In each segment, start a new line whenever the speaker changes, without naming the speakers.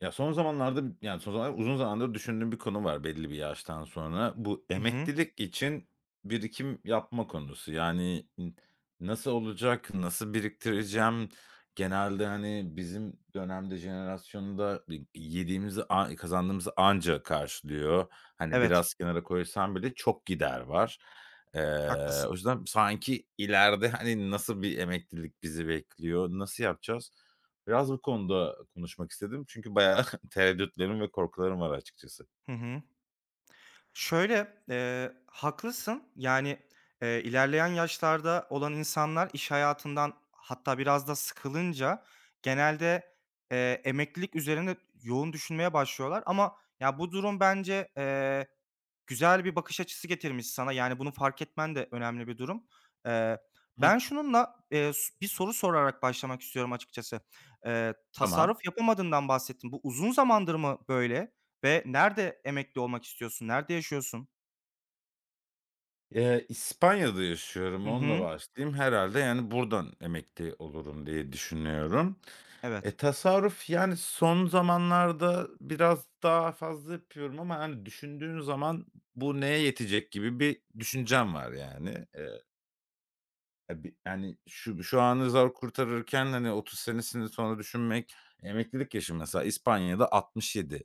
Ya, son zamanlarda, yani, son zamanlarda uzun zamandır düşündüğüm bir konu var belli bir yaştan sonra. Bu
Hı hı.
emeklilik için birikim yapma konusu. Yani, nasıl olacak, nasıl biriktireceğim? Genelde, hani, bizim dönemde, jenerasyonda yediğimizi kazandığımızı anca karşılıyor. Hani,
Evet,
biraz kenara koysam bile çok gider var.
haklısın.
O yüzden sanki ileride, hani, nasıl bir emeklilik bizi bekliyor, nasıl yapacağız? Biraz bu konuda konuşmak istedim çünkü bayağı tereddütlerim ve korkularım var açıkçası.
Hı hı. Şöyle, haklısın. Yani, ilerleyen yaşlarda olan insanlar iş hayatından hatta biraz da sıkılınca genelde, emeklilik üzerine yoğun düşünmeye başlıyorlar ama ya, bu durum bence. Güzel bir bakış açısı getirmiş sana, yani, bunu fark etmen de önemli bir durum. Eee,
Hı,
Ben şununla, s bir soru sorarak başlamak istiyorum açıkçası.
tamam.
Tasarruf yapamadığından bahsettin. Bu uzun zamandır mı böyle ve nerede emekli olmak istiyorsun? Nerede yaşıyorsun?
İspanya'da yaşıyorum,
Hı
onunla
hı.
başlayayım herhalde. Yani, buradan emekli olurum diye düşünüyorum.
Evet.
Tasarruf, yani, son zamanlarda biraz daha fazla yapıyorum ama, hani, düşündüğün zaman bu neye yetecek gibi bir düşüncem var, yani. Yani, şu anı zor kurtarırken, hani, 30 senesini sonra düşünmek, emeklilik yaşı mesela İspanya'da 67.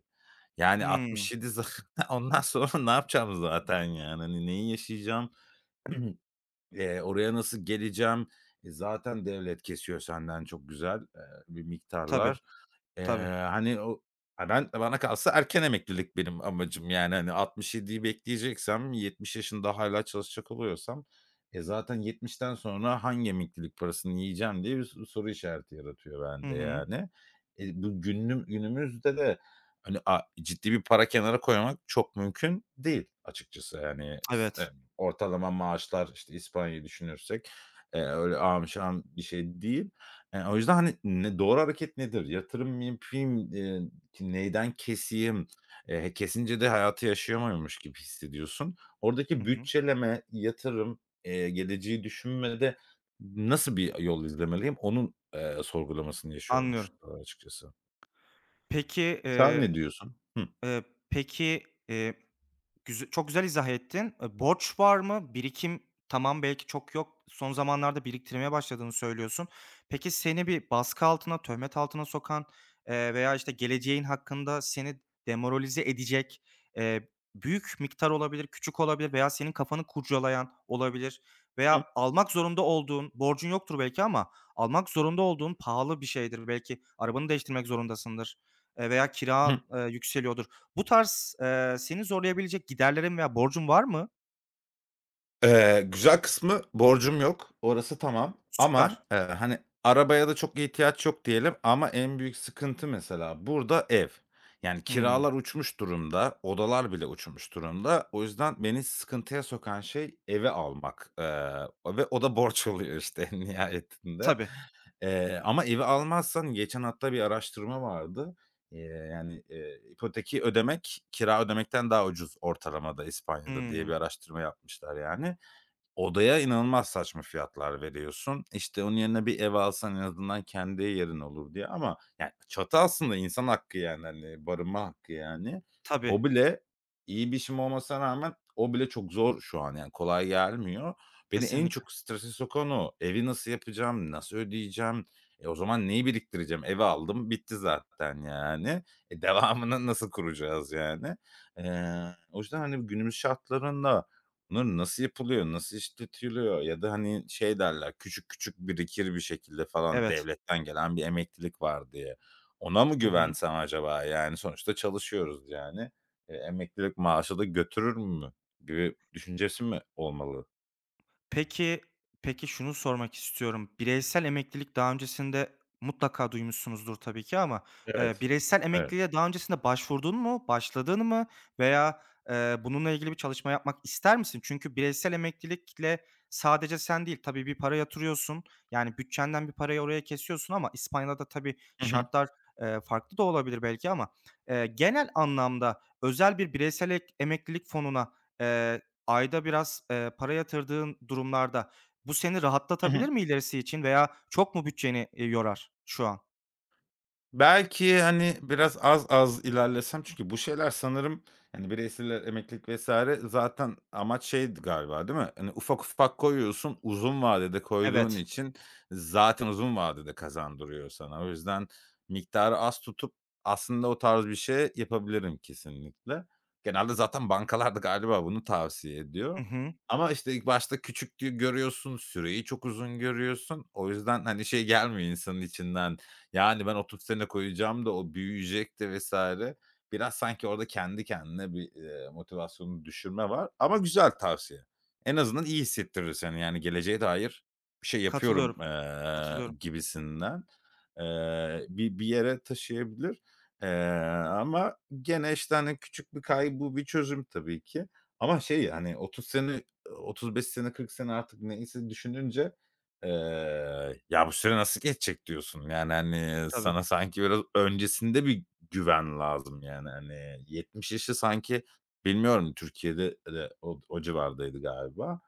Yani
Hımm.
67 zaten ondan sonra ne yapacağım zaten, yani? Hani, neyi yaşayacağım? Oraya nasıl geleceğim? Zaten devlet kesiyor senden çok güzel, bir
Tabii,
miktarlar. Eee,
tabii.
Hani o ha, ben bana kalsa erken emeklilik benim amacım. Yani, hani, 67'yi bekleyeceksem, 70 yaşında hâlâ çalışacak oluyorsam, zaten 70'ten sonra hangi emeklilik parasını yiyeceğim diye bir soru işareti yaratıyor
Hı
bende
hı.
yani. Bu günüm Günümüzde de, hani, ciddi bir para kenara koymak çok mümkün değil açıkçası. Yani,
Evet.
ortalama maaşlar, işte, İspanya'yı düşünürsek, öyle ahım şahım bir şey değil. O yüzden, hani, ne doğru hareket nedir? Yatırım mı yapayım, ki neyden keseyim? Kesince de hayatı yaşayamıyormuş gibi hissediyorsun.
Hı
Oradaki
hı.
bütçeleme, yatırım, geleceği düşünmede nasıl bir yol izlemeliyim? Onun, sorgulamasını yaşıyorum şu
Anlıyorum.
sıralar açıkçası.
Peki,
Sen
eee,
ne diyorsun? Hı.
eee, peki, eee Çok güzel izah ettin. Borç var mı? Birikim tamam, belki çok yok. Son zamanlarda biriktirmeye başladığını söylüyorsun. Peki seni bir baskı altına, töhmet altına sokan, veya, işte, geleceğin hakkında seni demoralize edecek, eee, büyük miktar olabilir, küçük olabilir veya senin kafanı kurcalayan olabilir
Hı.
veya almak zorunda olduğun, borcun yoktur belki ama almak zorunda olduğun pahalı bir şeydir. Belki arabanı değiştirmek zorundasındır, veya
Hı.
kiran, yükseliyordur. Bu tarz, seni zorlayabilecek giderlerin veya borcun var mı?
Güzel kısmı borcum yok. Orası tamam ama,
Süper.
hani, arabaya da çok ihtiyaç yok diyelim ama en büyük sıkıntı mesela burada ev. Yani
Hımm.
kiralar uçmuş durumda, odalar bile uçmuş durumda. O yüzden beni sıkıntıya sokan şey evi almak, ve o da borç oluyor işte en nihayetinde.
Tabii.
Ama evi almazsan geçen hatta bir araştırma vardı. Eee, Yani, ipoteki ödemek kira ödemekten daha ucuz ortalamada İspanya'da diye bir
Hımm.
araştırma yapmışlar yani. Odaya inanılmaz saçma fiyatlar veriyorsun. İşte, onun yerine bir ev alsan en azından kendi yerin olur diye ama, yani, çatı aslında insan hakkı, yani, hani, barınma hakkı, yani.
Tabii.
O bile iyi bir işim olmasına rağmen o bile çok zor şu an, yani, kolay gelmiyor. Beni en
Kesinlikle.
çok strese sokan o. Evi nasıl yapacağım, nasıl ödeyeceğim, o zaman neyi biriktireceğim? Evi aldım, bitti zaten, yani. Devamını nasıl kuracağız, yani? Eee, O yüzden, hani, günümüz şartlarında bunlar nasıl yapılıyor, nasıl işletiliyor ya da, hani, şey derler, küçük küçük birikir bir şekilde falan
Evet.
devletten gelen bir emeklilik var diye. Ona mı
Hı hı.
güvensem acaba? Yani, sonuçta çalışıyoruz, yani. Emeklilik maaşı da götürür mü gibi düşüncesi mi olmalı?
Peki, peki, şunu sormak istiyorum. Bireysel emeklilik daha öncesinde mutlaka duymuşsunuzdur tabii ki ama,
Evet.
bireysel
Evet.
emekliliğe daha öncesinde başvurdun mu, başladın mı veya, bununla ilgili bir çalışma yapmak ister misin? Çünkü bireysel emeklilikle sadece sen değil, tabii bir para yatırıyorsun, yani bütçenden bir parayı oraya kesiyorsun ama İspanya'da da tabii
Hı hı.
şartlar, farklı da olabilir belki ama, genel anlamda özel bir bireysel ek emeklilik fonuna, eee, ayda biraz, para yatırdığın durumlarda bu seni
Hı hı.
rahatlatabilir mi ilerisi için veya çok mu bütçeni, yorar şu an?
Belki, hani, biraz az az ilerlesem çünkü bu şeyler sanırım, yani, bireyseller, emeklilik vesaire zaten amaç şeydi galiba, değil mi? Hani, ufak ufak koyuyorsun, uzun vadede koyduğun
Evet.
için zaten uzun vadede kazandırıyor sana. O yüzden miktarı az tutup aslında o tarz bir şey yapabilirim kesinlikle. Genelde zaten bankalar da galiba bunu tavsiye ediyor
Hı hı.
ama, işte, ilk başta küçüklüğü görüyorsun, süreyi çok uzun görüyorsun. O yüzden, hani, şey gelmiyor insanın içinden, yani, ben oturup sene koyacağım da o büyüyecek de vs. Biraz sanki orada kendi kendine bir, motivasyonunu düşürme var ama güzel tavsiye. En azından iyi hissettirir seni, yani, geleceğe dair bir şey yapıyorum,
Katılıyorum. Katılıyorum.
gibisinden. Bir yere taşıyabilir, eee, ama gene, işte, hani, küçük bir kaygı bu bir çözüm tabii ki ama şey, hani, 30 sene, 35 sene, 40 sene artık neyse düşününce ya, bu süre nasıl geçecek diyorsun. Yani, hani,
Tabii.
sana sanki biraz öncesinde bir güven lazım, yani, hani, 70 yaşı sanki bilmiyorum Türkiye'de de o civardaydı galiba.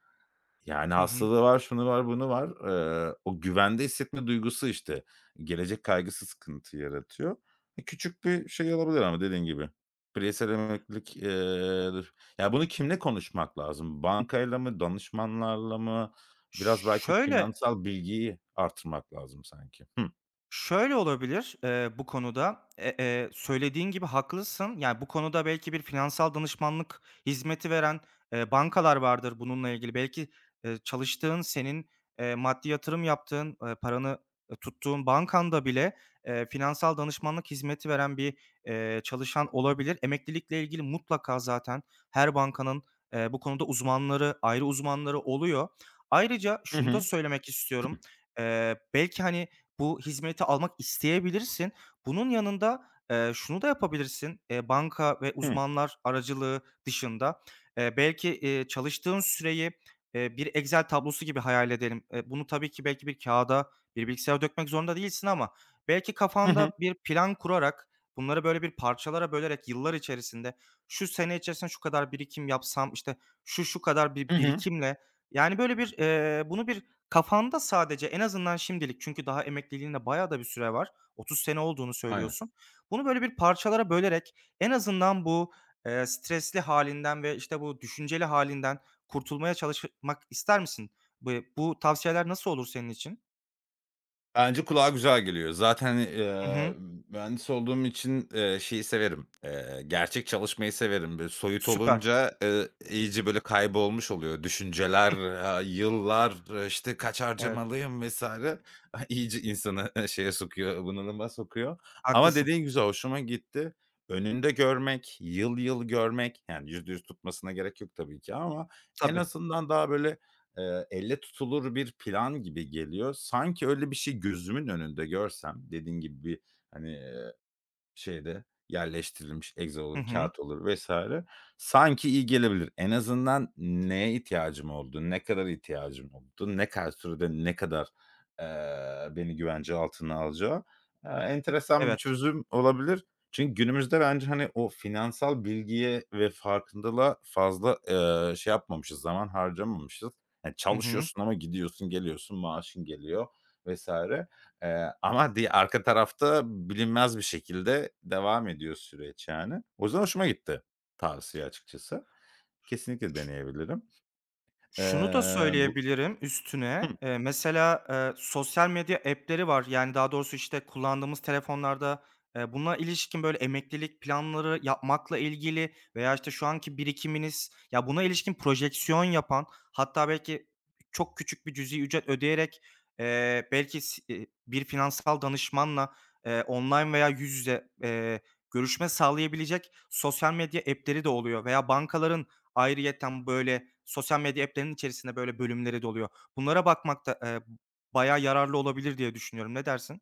Yani,
Hı hı.
hastalığı var, şunu var, bunu var. O güvende hissetme duygusu, işte, gelecek kaygısı sıkıntı yaratıyor. Küçük bir şey olabilir ama dediğin gibi. Bireysel emeklilik, ya, bunu kimle konuşmak lazım? Bankayla mı, danışmanlarla mı? Biraz belki
Şöyle
finansal bilgiyi artırmak lazım sanki. Hı.
Şöyle olabilir, bu konuda, e söylediğin gibi haklısın. Yani, bu konuda belki bir finansal danışmanlık hizmeti veren, bankalar vardır bununla ilgili. Belki, çalıştığın, senin, maddi yatırım yaptığın, paranı, tuttuğun bankanda bile, finansal danışmanlık hizmeti veren bir, çalışan olabilir. Emeklilikle ilgili mutlaka zaten her bankanın, bu konuda uzmanları, ayrı uzmanları oluyor. Ayrıca
Hı
şunu da
hı.
söylemek istiyorum. Belki, hani, bu hizmeti almak isteyebilirsin. Bunun yanında, şunu da yapabilirsin, banka ve
Hı.
uzmanlar aracılığı dışında, belki, çalıştığın süreyi, bir Excel tablosu gibi hayal edelim. Bunu tabii ki belki bir kağıda bir bilgisayara dökmek zorunda değilsin ama belki
Hı hı.
kafanda bir plan kurarak, bunları böyle bir parçalara bölerek yıllar içerisinde, şu sene içerisinde şu kadar birikim yapsam, işte, şu kadar
Hı
bir
hı. Hı.
birikimle, yani, böyle bir, bunu bir kafanda sadece en azından şimdilik çünkü daha emekliliğine bayağı da bir süre var. 30 sene olduğunu
Aynen.
söylüyorsun. Bunu böyle bir parçalara bölerek en azından bu, stresli halinden ve, işte, bu düşünceli halinden kurtulmaya çalışmak ister misin? Bu bu tavsiyeler nasıl olur senin için?
Bence kulağa güzel geliyor. Zaten,
Hı hı.
mühendis olduğum için, şeyi severim, gerçek çalışmayı severim. Böyle soyut
Süper.
olunca, iyice böyle kaybolmuş oluyor. Düşünceler, yıllar, işte, kaç
Evet,
harcamalıyım vs. Ah, iyice insanı, şeye sokuyor, bunalıma sokuyor. Ama
haklısın.
dediğin güzel, hoşuma gitti. Önünde görmek, yıl yıl görmek, yani %100 tutmasına gerek yok tabii ki ama en
Tabii.
azından daha böyle elle tutulur bir plan gibi geliyor. Sanki öyle bir şey gözümün önünde görsem, dediğin gibi bir, hani, şeyde yerleştirilmiş egzo
Hı
olur,
hı.
kâğıt olur vesaire sanki iyi gelebilir. En azından neye ihtiyacım oldu, ne kadar ihtiyacım oldu, ne kadar sürede ne kadar, beni güvence altına alacağı, enteresan bir
Evet.
çözüm olabilir. Çünkü günümüzde bence, hani, o finansal bilgiye ve farkındalığa fazla, şey yapmamışız, zaman harcamamışız. Hani,
Hı hı.
çalışıyorsun ama gidiyorsun, geliyorsun, maaşın geliyor vesaire. Ama arka tarafta bilinmez bir şekilde devam ediyor süreç yani. O yüzden hoşuma gitti tavsiye açıkçası. Kesinlikle deneyebilirim.
Şunu da
Bu
söyleyebilirim
Hı.
üstüne, mesela, sosyal medya app'leri var. Yani, daha doğrusu, işte, kullandığımız telefonlarda, buna ilişkin, böyle, emeklilik planları yapmakla ilgili veya, işte, şu anki birikiminiz, ya, buna ilişkin projeksiyon yapan, hatta belki çok küçük bir cüzi ücret ödeyerek, belki s bir finansal danışmanla, online veya yüz yüze, görüşme sağlayabilecek sosyal medya app'leri de oluyor veya bankaların ayrıyeten, böyle, sosyal medya app'lerinin içerisinde böyle bölümleri de oluyor. Bunlara bakmak da, bayağı yararlı olabilir diye düşünüyorum. Ne dersin?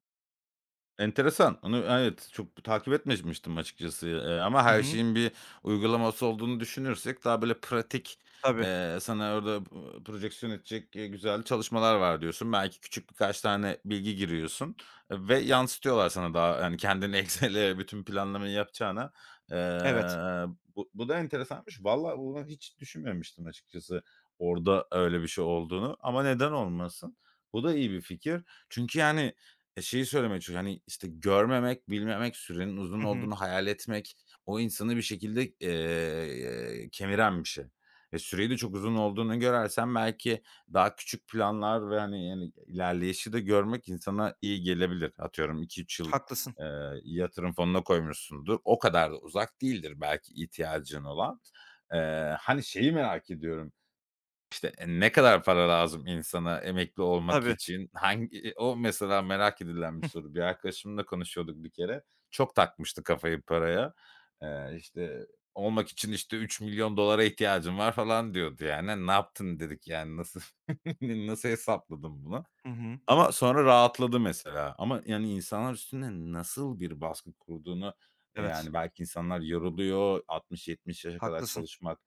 Enteresan. Onu, evet, çok takip etmemiştim açıkçası, ama
Hı
her
hı.
şeyin bir uygulaması olduğunu düşünürsek daha böyle pratik,
Tabii.
sana orada, projeksiyon edecek, güzel çalışmalar var diyorsun. Belki küçük birkaç tane bilgi giriyorsun, ve yansıtıyorlar sana daha, yani kendini Excel'e bütün planlamayı yapacağına. Eee,
Evet.
bu da enteresanmış. Valla bunu hiç düşünmemiştim açıkçası orada öyle bir şey olduğunu ama neden olmasın? Bu da iyi bir fikir. Çünkü, yani, şeyi söylemeye çalışıyorum, hani, işte, görmemek, bilmemek, sürenin uzun
Hı hı.
olduğunu hayal etmek, o insanı bir şekilde, kemiren bir şey. Süreyi de çok uzun olduğunu görersen belki daha küçük planlar ve, hani, yani, ilerleyişi de görmek insana iyi gelebilir. Atıyorum iki 3 yıl,
Haklısın.
eee, yatırım fonuna koymuşsundur. O kadar da uzak değildir belki ihtiyacın olan. Hani, şeyi merak ediyorum, işte, ne kadar para lazım insana emekli olmak
Tabii.
için? O mesela merak edilen bir
Hıh.
soru. Bir arkadaşımla konuşuyorduk bir kere. Çok takmıştı kafayı paraya. İşte, olmak için, işte, 3 milyon dolara ihtiyacım var falan diyordu yani. "Ne yaptın?" dedik yani. "Nasıl nasıl hesapladın bunu?"
Hı hı.
Ama sonra rahatladı mesela ama yani insanlar üstüne nasıl bir baskı kurduğunu,
Evet.
yani belki insanlar yoruluyor, 60-70 yaşa kadar
Haklısın.
çalışmak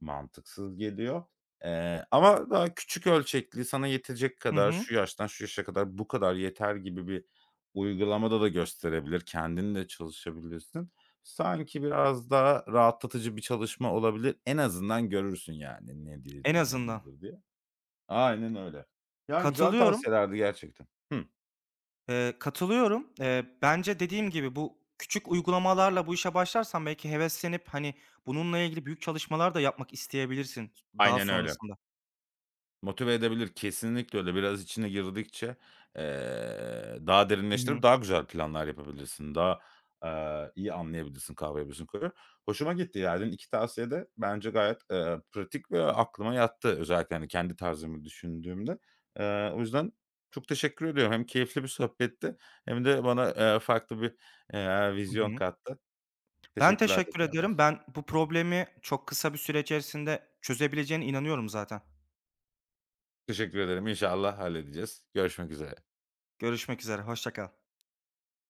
mantıksız geliyor. Ama daha küçük ölçekli, sana yetecek
Hı
kadar,
hı.
şu yaştan şu yaşa kadar bu kadar yeter gibi bir uygulamada da gösterebilir, kendin de çalışabilirsin. Sanki biraz daha rahatlatıcı bir çalışma olabilir. En azından görürsün yani ne
En
değildir, ne
azından.
değildir diye. Aynen öyle. Ya, güzel
Katılıyorum.
tavsiyelerdi gerçekten. Hıh.
Katılıyorum. Bence dediğim gibi bu küçük uygulamalarla bu işe başlarsan belki heveslenip, hani, bununla ilgili büyük çalışmalar da yapmak isteyebilirsin daha
Aynen öyle.
sonrasında.
Motive edebilir, kesinlikle öyle. Biraz içine girdikçe, daha
Hı hı.
derinleştirip daha güzel planlar yapabilirsin. Daha, iyi anlayabilirsin, kavrayabilirsin konuyu. Hoşuma gitti yani. 2 tavsiye de bence gayet, pratik ve aklıma yattı. Özellikle, hani, kendi tarzımı düşündüğümde. O yüzden çok teşekkür ediyorum. Hem keyifli bir sohbetti hem de bana, farklı bir,
Hı
vizyon
hı.
kattı.
Ben
Teşekkürler
teşekkür
tekrardan.
ederim. Ben bu problemi çok kısa bir süre içerisinde çözebileceğine inanıyorum zaten.
Teşekkür ederim. İnşallah halledeceğiz. Görüşmek üzere.
Görüşmek üzere, hoşça kal.